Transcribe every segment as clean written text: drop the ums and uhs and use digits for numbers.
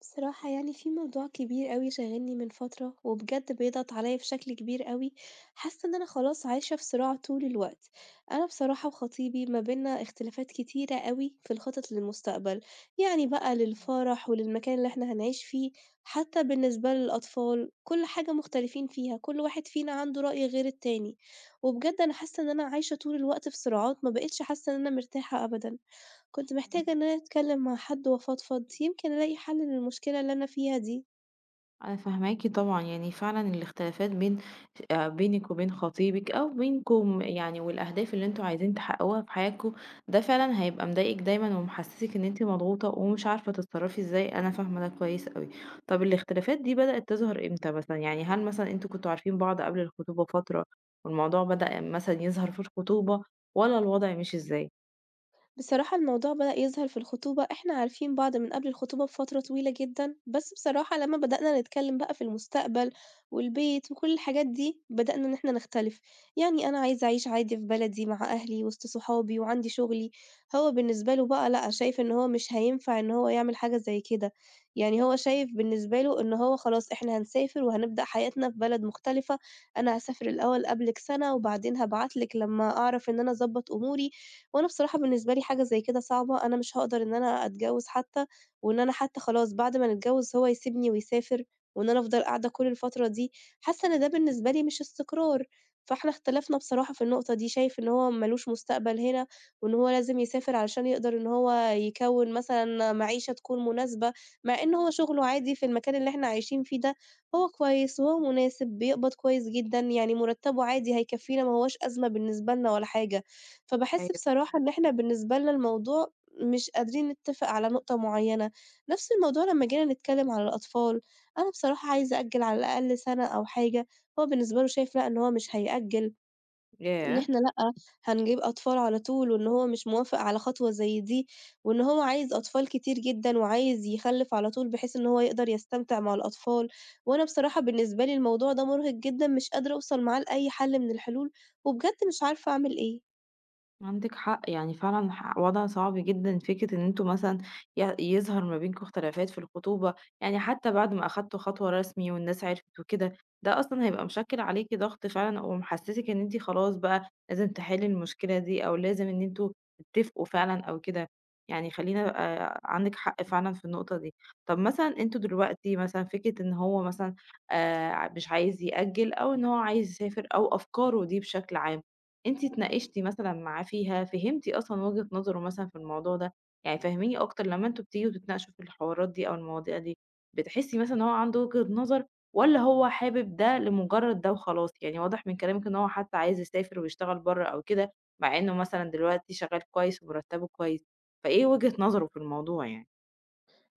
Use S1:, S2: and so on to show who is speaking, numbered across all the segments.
S1: بصراحة في موضوع كبير أوي شاغلني من فترة، وبجد بيضغط عليَّ بشكل كبير أوي، حاسة إن أنا خلاص عايشة في صراع طول الوقت. أنا بصراحة وخطيبي ما بينا اختلافات كتيرة أوي في الخطط للمستقبل، يعني بقى
S2: إمم،
S1: للفرح وللمكان اللي إحنا هنعيش فيه، حتى بالنسبة للأطفال، كل حاجة مختلفين فيها، كل واحد فينا عنده رأي غير التاني. وبجد أنا حاسة إن أنا عايشة طول الوقت في صراعات، ما بقيتش حاسة إن أنا مرتاحة أبدًا. كنت محتاجة
S2: فاهماكِ.
S1: إن أنا أتكلّم مع حد وأفضفض، يمكن ألاقي حل للمشكلة اللي أنا فيها دي.
S2: أنا فاهماكِ طبعًا، يعني فعلًا الاختلافات بين بينِك وبين خطيبِك أو بينكم يعني والأهداف اللي أنتم عايزين تحققوها في حياتكم، ده فعلًا هيبقى مضايقِك دايمًا ومحسسِك إن أنتِ مضغوطة ومش عارفة تتصرفي إزاي، أنا فاهمة ده كويس أوي. طب الاختلافات دي بدأت تظهر إمتى مثلًا؟ يعني هل مثلًا أنتم كنتم عارفين بعض قبل الخطوبة فترة والموضوع بدأ مثلًا يظهر في الخطوبة والّا الوضع مشي إزاي؟
S1: بصراحة الموضوع بدأ يظهر في الخطوبة، إحنا عارفين بعض من قبل الخطوبة بفترة طويلة جدًا، بس بصراحة لمّا بدأنا نتكلم بقى في المستقبل والبيت وكل الحاجات دي، بدأنا إن إحنا نختلف، يعني أنا عايزة أعيش عادي في بلدي مع أهلي وسط صحابي وعندي شغلي، هو بالنسبة له بقى لأ، شايف إن هو مش هينفع إن هو يعمل حاجة زي كده، يعني هو شايف بالنسبة له إن هو خلاص إحنا هنسافر وهنبدأ حياتنا في بلد مختلفة، أنا هاسافر الأول قبلِك سنة وبعدين هابعت لِك لمّا أعرف إن أنا أضبط أموري. وأنا بصراحة بالنسبة لي حاجة زي كده صعبة، أنا مش هاقدر إن أنا أتجوّز حتى، وإن أنا حتى خلاص بعد ما نتجوّز هو يسيبني ويسافر، وإن أنا أفضل قاعدة كل الفترة دي، حاسة إن ده بالنسبة لي مش استقرار، فإحنا اختلفنا بصراحة في النقطة دي، شايف إن هو ما لوش مستقبل هنا، وإن هو لازم يسافر علشان يقدر إن هو يكوّن مثلًا معيشة تكون مناسبة، مع إن هو شغله عادي في المكان اللي إحنا عايشين فيه ده، هو كويس وهو مناسب، بيقبض كويس جدًا، يعني مُرتّبه عادي هيكفّينا ما هوّاش أزمة بالنسبة لنا ولا حاجة. فباحس
S2: أيوه
S1: بصراحة إن
S2: فاهماكِ.
S1: إحنا بالنسبة لنا الموضوع مش قادرين نتّفق على نقطة معيّنة، نفس الموضوع لمّا جينا نتكلّم على الأطفال، أنا بصراحة عايزة أأجّل على الأقل سَنة أو حاجة، هو بالنسبة له شايف لأ إن هو مش هيأجّل، إن
S2: ياه!
S1: إحنا لأ، هنجيب أطفال على طول وإن هو مش موافق على خطوة زي دي، وإن هو عايز أطفال كتير جدًا وعايز يخلّف على طول بحيث إن هو يقدر يستمتع مع الأطفال، وأنا بصراحة بالنسبة لي الموضوع ده مُرهق جدًا مش قادرة أوصل معاه لأي حل من الحلول، وبجد مش عارفة أعمل إيه.
S2: عندِك حق، يعني فعلًا وضع صعب جدًا فكرة إن أنتم مثلًا يظهر ما بينكم اختلافات في الخطوبة، يعني حتى بعد ما أخدتوا خطوة رسمي والناس عرفت وكده، ده أصلًا هيبقى مشكِّل عليكِ ضغط فعلًا ومحسسِك إن أنتِ خلاص بقى لازم تحلّي المشكلة دي أو لازم إن أنتم تتفقوا فعلًا أو كده، يعني خلّينا عندِك حق فعلًا في النقطة دي. طَب مثلًا أنتم دلوقتي مثلًا فكرة إن هو مثلًا مش عايز يأجّل أو إن هو عايز يسافر أو أفكاره دي بشكل عام، أنتِ اتناقشتِ مثلًا معاه فيها، فهمتِ أصلًا وجهة نظره مثلًا في الموضوع ده، يعني فهّميني أكتر لمّا أنتم بتيجوا تتناقشوا في الحوارات دي أو المواضيع دي، بتحسّي مثلًا إن هو عنده وجهة نظر والّا هو حابب ده لمجرد ده وخلاص؟ يعني واضح من كلامِك إن هو حتى عايز يسافر ويشتغل برّه أو كده، مع إنه مثلًا دلوقتي شغال كويس ومرتبه كويس، فإيه وجهة نظره في الموضوع يعني؟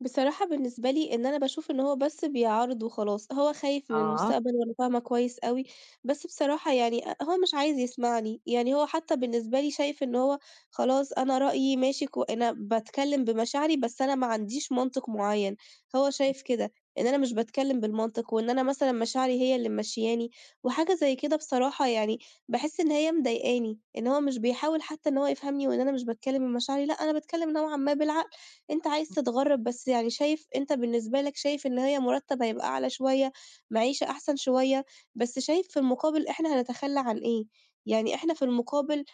S1: بصراحة بالنسبة لي إن أنا باشوف إن هو بس بيعارض وخلاص، هو خايف من
S2: آه،
S1: المستقبل وأنا فاهمة كويس أوي، بس بصراحة يعني أ هو مش عايز يسمعني، يعني هو حتى بالنسبة لي شايف إن هو خلاص أنا رأيي ماشي كو أنا باتكلم بمشاعري بس أنا ما عنديش منطق معيّن، هو
S2: إمم.
S1: شايف كده، إن أنا مش باتكلم بالمنطق وإن أنا مثلًا مشاعري هي اللي ممشياني، وحاجة زي كده بصراحة باحس إن هي مضايقاني، إن هو مش بيحاول حتى إن هو يفهمني وإن أنا مش باتكلم بمشاعري، لأ أنا باتكلم نوعًا ما بالعقل. أنت عايز تتغرّب، بس يعني شايف أنت بالنسبة لك شايف إن هي مُرتّب هيبقى أعلى شوية، معيشة أحسن شوية، بس شايف في المقابل إحنا هنتخلّى عن إيه؟ يعني إحنا في المقابل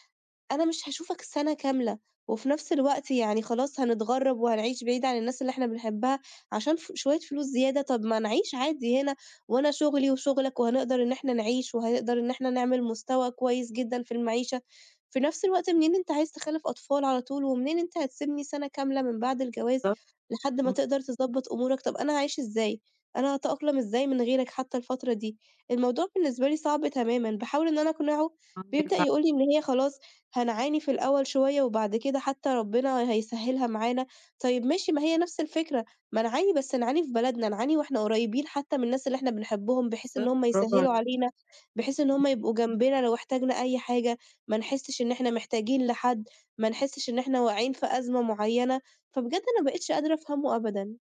S1: أنا مش هاشوفك سَنة كاملة، وفي نفس الوقت يعني خلاص هنتغرّب وهنعيش بعيد عن الناس اللي إحنا بنحبها عشان شوية فلوس زيادة، طب ما نعيش عادي هنا وأنا شُغلي وشُغلك وهنقدر إن إحنا نعيش، وهنقدر إن إحنا نعمل مستوى كويس جدًا في المعيشة، في نفس الوقت منين أنت عايز تخلّف أطفال على طول، ومنين أنت هتسيبني سَنة كاملة من بعد الجواز
S2: بالضبط،
S1: لحد ما
S2: إمم.
S1: تقدر تضبّط أمورك، طب أنا هاعيش إزاي، أنا هاتأقلم إزاي من غيرك حتى الفترة دي؟ الموضوع بالنسبة لي صعب تمامًا، باحاول إن أنا أقنعه،
S2: عندِك
S1: بيبدأ
S2: حق،
S1: يقول لي إن هي خلاص هنعاني في الأول شوية وبعد كده حتى ربنا هيسهّلها معانا، طيب ماشي ما هي نفس الفكرة، ما نعاني بس نعاني في بلدنا، نعاني وإحنا قريبين حتى من الناس اللي إحنا بنحبهم، بحيث إن
S2: بالضبط
S1: هُم
S2: برافو
S1: يسهّلوا
S2: عليكِ.
S1: علينا، بحيث إن هُم يبقوا جنبنا لو احتاجنا أي حاجة، ما نحسّش إن إحنا محتاجين لحد، ما نحسّش إن إحنا واقعين في أزمة معيّنة، فبجد أنا ما بقيتش قادرة أفهمه أبدًا.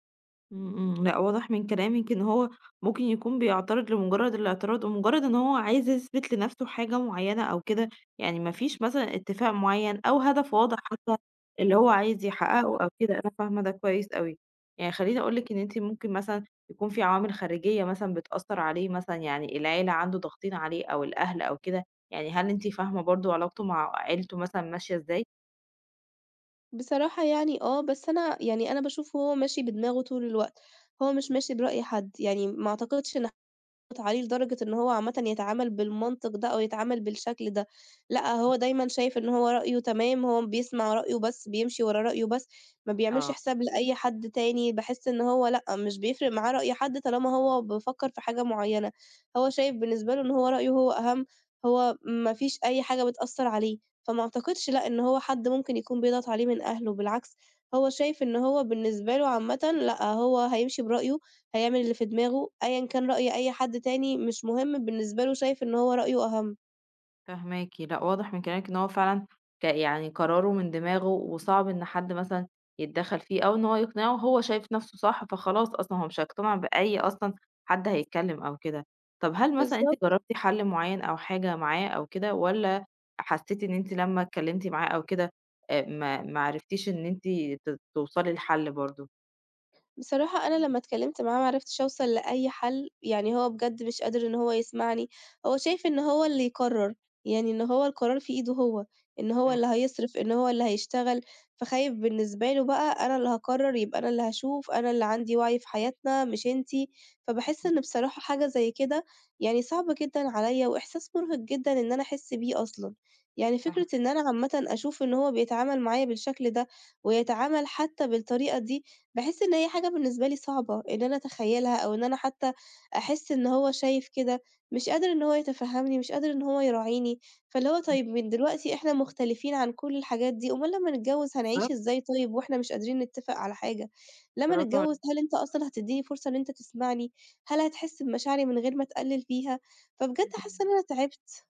S2: إمم، إمم، لأ واضح من كلامِك إن هو ممكن يكون بيعترض لمجرد الاعتراض، ومجرد إن هو عايز يثبت لنفسه حاجة معيّنة أو كده، يعني ما فيش مثلًا اتفاق معيّن أو هدف واضح حتى اللي هو عايز يحققه أو كده، أنا فاهمة ده كويس أوي. يعني خلّيني أقول لِك إن أنتِ ممكن مثلًا يكون في عوامل خارجية مثلًا بتأثّر عليه مثلًا، يعني العيلة عنده ضاغطين عليه أو الأهل أو كده، يعني هل أنتِ فاهمة برضه علاقته مع عيلته مثلًا ماشية إزاي؟
S1: بصراحة آه، بس أنا أنا باشوفه هو ماشي بدماغه طول الوقت، هو مش ماشي برأي حد، يعني ما أعتقدش إن عليه لدرجة إن هو عامةً يتعامل بالمنطق ده أو يتعامل بالشكل ده، لأ هو دايمًا شايف إن هو رأيه تمام، هو بيسمع رأيه بس، بيمشي ورا رأيه بس، ما بيعملش
S2: آه.
S1: حساب لأي حد تاني، باحس إن هو لأ مش بيفرق معاه رأي حد طالما هو بيفكّر في حاجة معيّنة، هو شايف بالنسبة له إن هو رأيه هو أهم، هو ما فيش أي حاجة بتأثّر عليه، فما أعتقدش لأ إن هو حد ممكن يكون بيضغط عليه من أهله، بالعكس هو شايف إن هو بالنسبة له عامةً لأ هو هيمشي برأيه هيعمل اللي في دماغه، أيًا كان رأي أي حد تاني مش مهم بالنسبة له شايف إن هو رأيه أهم.
S2: فاهماكِ، لأ واضح من كلامِك إن هو فعلًا يعني قراره من دماغه، وصعب إن حد مثلًا يتدخّل فيه، أو إن هو يقنعه، هو شايف نَفْسه صح فخلاص أصلًا هو مش هيقتنع بأي أصلًا حد هيتكلّم أو كده. طَب هل مثلًا أنتِ
S1: بالضبط.
S2: جرّبتِ حَل معيّن أو حاجة معاه أو كده، والّا حسّيتِ إن أنتِ لمّا اتكلّمتِ معاه أو كده ما عرفتيش إن أنتِ توصلي لحَل برضه؟
S1: بصراحة أنا لمّا اتكلّمت معاه ما عرفتش أوصل لأي حل، يعني هو بجد مش قادر إن هو يسمعني، هو شايف إن هو اللي يقرّر، يعني إن هو القرار في إيده هو، إن هو
S2: إمم.
S1: اللي هيصرف، إن هو اللي هيشتغل، فخايف بالنسبة له بقى أنا اللي هاقرّر، يبقى أنا اللي هاشوف، أنا اللي عندي وعي في حياتنا مش أنتِ، فباحس
S2: إمم،
S1: إن بصراحة حاجة زي كده صعبة جدًا عليَّ وإحساس مُرهق جدًا إن أنا أحس بيه أصلًا، يعني فكرة
S2: فاهماكِ،
S1: إن أنا عامةً أشوف إن هو بيتعامل معايا بالشكل ده، ويتعامل حتى بالطريقة دي، باحس إن هي حاجة بالنسبة لي صعبة إن أنا أتخيّلها، أو إن أنا حتى أحس إن هو شايف كده، مش قادر إن هو يتفهّمني، مش قادر إن هو يراعيني، فاللي هو طيب من دلوقتي إحنا مختلفين عن كل الحاجات دي، أُمّال لمّا نتجوّز هنعيش
S2: بالضبط،
S1: إزاي طيب وإحنا مش قادرين نتّفق على حاجة؟ لمّا
S2: برافو
S1: نتجوّز
S2: عليكِ،
S1: هل أنت أصلًا هتدّيني فرصة إن أنت تسمعني؟ هل هتحس بمشاعري من غير ما تقلِّل فيها؟ فبجد
S2: إمم،
S1: حاسة إن
S2: إمم.
S1: أنا تعبت.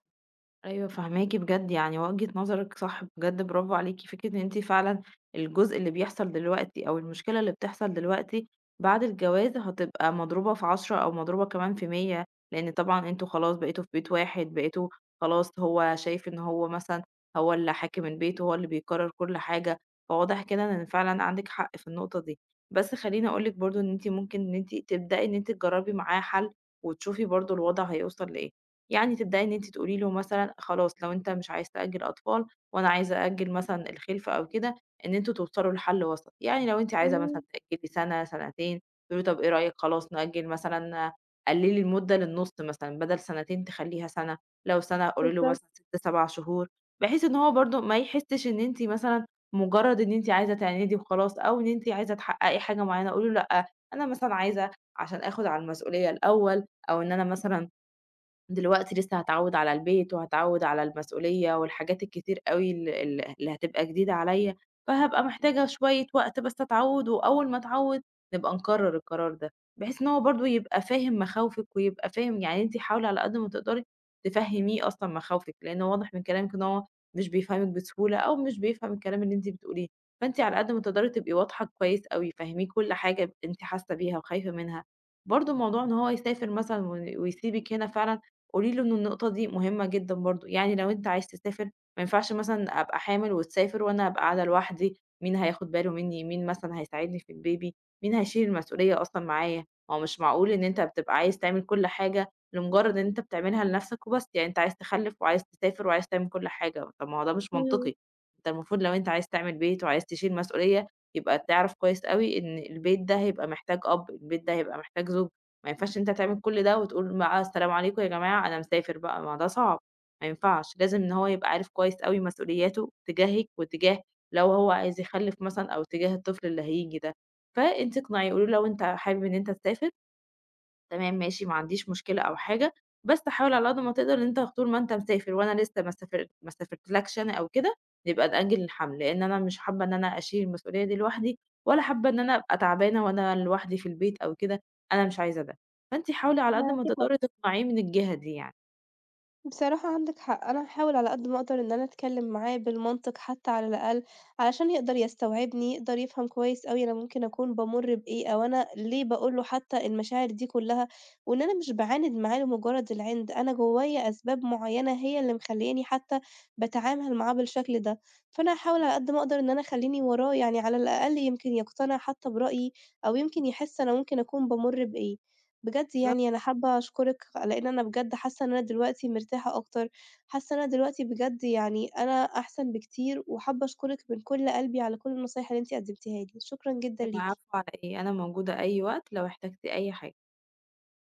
S2: أيوه فاهماكِ بجد، يعني وجهة نظرِك صح بجد برافو عليكِ، فكرة إن أنتِ فعلًا الجزء اللي بيحصل دلوقتي أو المشكلة اللي بتحصل دلوقتي بعد الجواز هتبقى مضروبة في 10 أو مضروبة كمان في 100 لأن طبعًا أنتم خلاص بقيتوا في بيت واحد، بقيتوا خلاص هو شايف إن هو مثلًا هو اللي حاكم البيت وهو اللي بيقرر كل حاجة، فواضح كده إن فعلًا عندِك حق في النقطة دي. بس خلّيني أقول لِك برضه إن أنتِ ممكن إن أنتِ تبدئي إن أنتِ تجربي معاه حل وتشوفي برضه الوضع هيوصل لإيه. يعني تبدئي إن أنتِ تقولي له مثلًا خلاص لو أنت مش عايز تأجّل أطفال وأنا عايزة أأجّل مثلًا الخِلفة أو كده، إن أنتم توصلوا لحل وسط، يعني لو أنتِ عايزة مثلًا
S1: إمم،
S2: تأجّلي سَنة، سَنتين، تقولي طَب إيه رأيِك خلاص نأجّل مثلًا قلّلي المدة للنُص مثلًا بدل سَنتين تخلّيها سَنة، لو سَنة قولي له
S1: بالضبط،
S2: مثلًا 6، 7 شهور، بحيث إن هو برضه ما يحسّش إن أنتِ مثلًا مجرّد إن أنتِ عايزة تعاندي وخلاص أو إن أنتِ عايزة تحقّقي حاجة معيّنة، قولي له لأ، أنا مثلًا عايزة عشان آخُد على المسؤولية الأول أو إن أنا مثلًا دلوقتي لسه هاتعوّد على البيت، وهاتعوّد على المسؤولية والحاجات الكتير أوي ال اللي هتبقى جديدة عليَّ، فهابقى محتاجة شوية وقت بس أتعوّد، وأول ما أتعوّد نبقى نقرر القرار ده، بحيث إن هو برضه يبقى فاهم مخاوفِك، ويبقى فاهم يعني أنتِ حاولي على قد ما تقدري تفهميه أصلًا مخاوفِك، لأنه واضح من كلامِك إن هو مش بيفهمِك بسهولة، أو مش بيفهم الكلام اللي أنتِ بتقوليه، فأنتِ على قد ما تقدري تبقي واضحة كويس أوي، فهّميه كل حاجة ب أنتِ حاسة بيها وخايفة منها، برضه موضوع إن هو يسافر مثلًا ويسيبِك هنا فعلًا قولي له إن النقطة دي مهمة جدًا برضه، يعني لو أنت عايز تسافر ما ينفعش مثلًا أبقى حامل وتسافر وأنا أبقى قاعدة لوحدي، مين هياخد باله مني، مين مثلًا هيساعدني في الBaby، مين هيشيل المسؤولية أصلًا معايا، ما هو مش معقول إن أنت بتبقى عايز تعمل كل حاجة لمجرد إن أنت بتعملها لنفسك وبس، يعني أنت عايز تخلف وعايز تسافر وعايز تعمل كل حاجة، طب ما هو ده مش
S1: إمم،
S2: منطقي، أنت المفروض لو أنت عايز تعمل بيت وعايز تشيل مسؤولية يبقى تعرف كويس أوي إن البيت ده هيبقى محتاج أب، البيت ده هيبقى محتاج زوج. ما ينفعش إن أنت تعمل كل ده وتقول بقى السلام عليكم يا جماعة أنا مسافر بقى، ما ده صعب، ما ينفعش، لازم إن هو يبقى عارف كويس أوي مسؤولياته تجاهِك وتجاه لو هو عايز يخلِّف مثلًا أو تجاه الطفل اللي هييجي ده، فأنتِ اقنعيه، قولي له لو أنت حابب إن أنت تسافر تمام ماشي ما عنديش مشكلة أو حاجة، بس حاول على قد ما تقدر إن أنت طول ما أنت مسافر وأنا لسه ما سافرت ما سافرتلكش أنا أو كده، نبقى نأجل الحمل، لإن أنا مش حابة إن أنا أشيل المسؤولية دي لوحدي، ولا حابة إن أنا أبقى تعبانة وأنا لوحدي في البيت أو كده، أنا مش عايزة ده، فأنتِ حاولي على قد
S1: معاكِ
S2: ما تقدري
S1: حق.
S2: تقنعيه من الجهة دي يعني.
S1: بصراحة عندِك حق، أنا هاحاول على قد ما أقدر إن أنا أتكلّم معاه بالمنطق حتى على الأقل، علشان يقدر يستوعبني، يقدر يفهم كويس أوي أنا ممكن أكون بامُر بإيه، أو أنا ليه باقول له حتى المشاعر دي كلّها، وإن أنا مش باعاند معاه لمجرد العِند، أنا جوايا أسباب معيّنة هي اللي مخلّياني حتى باتعامل معاه بالشكل ده، فأنا هاحاول على قد ما أقدر إن أنا أخلّيني وراه، يعني على الأقل يمكن يقتنع حتى برأيي، أو يمكن يحس أنا ممكن أكون بامُر بإيه. بجد
S2: بالضبط،
S1: أنا حابة أشكرِك، لإن أنا بجد حاسة إن أنا دلوقتي مرتاحة أكتر، حاسة إن أنا دلوقتي بجد أنا أحسن بكتير، وحابة أشكرِك من كل قلبي على كل النصايح اللي أنتِ قدمتيها لي، شكرًا جدًا ليكِ.
S2: العفو على إيه، أنا موجودة أي وقت لو احتجتِ أي حاجة.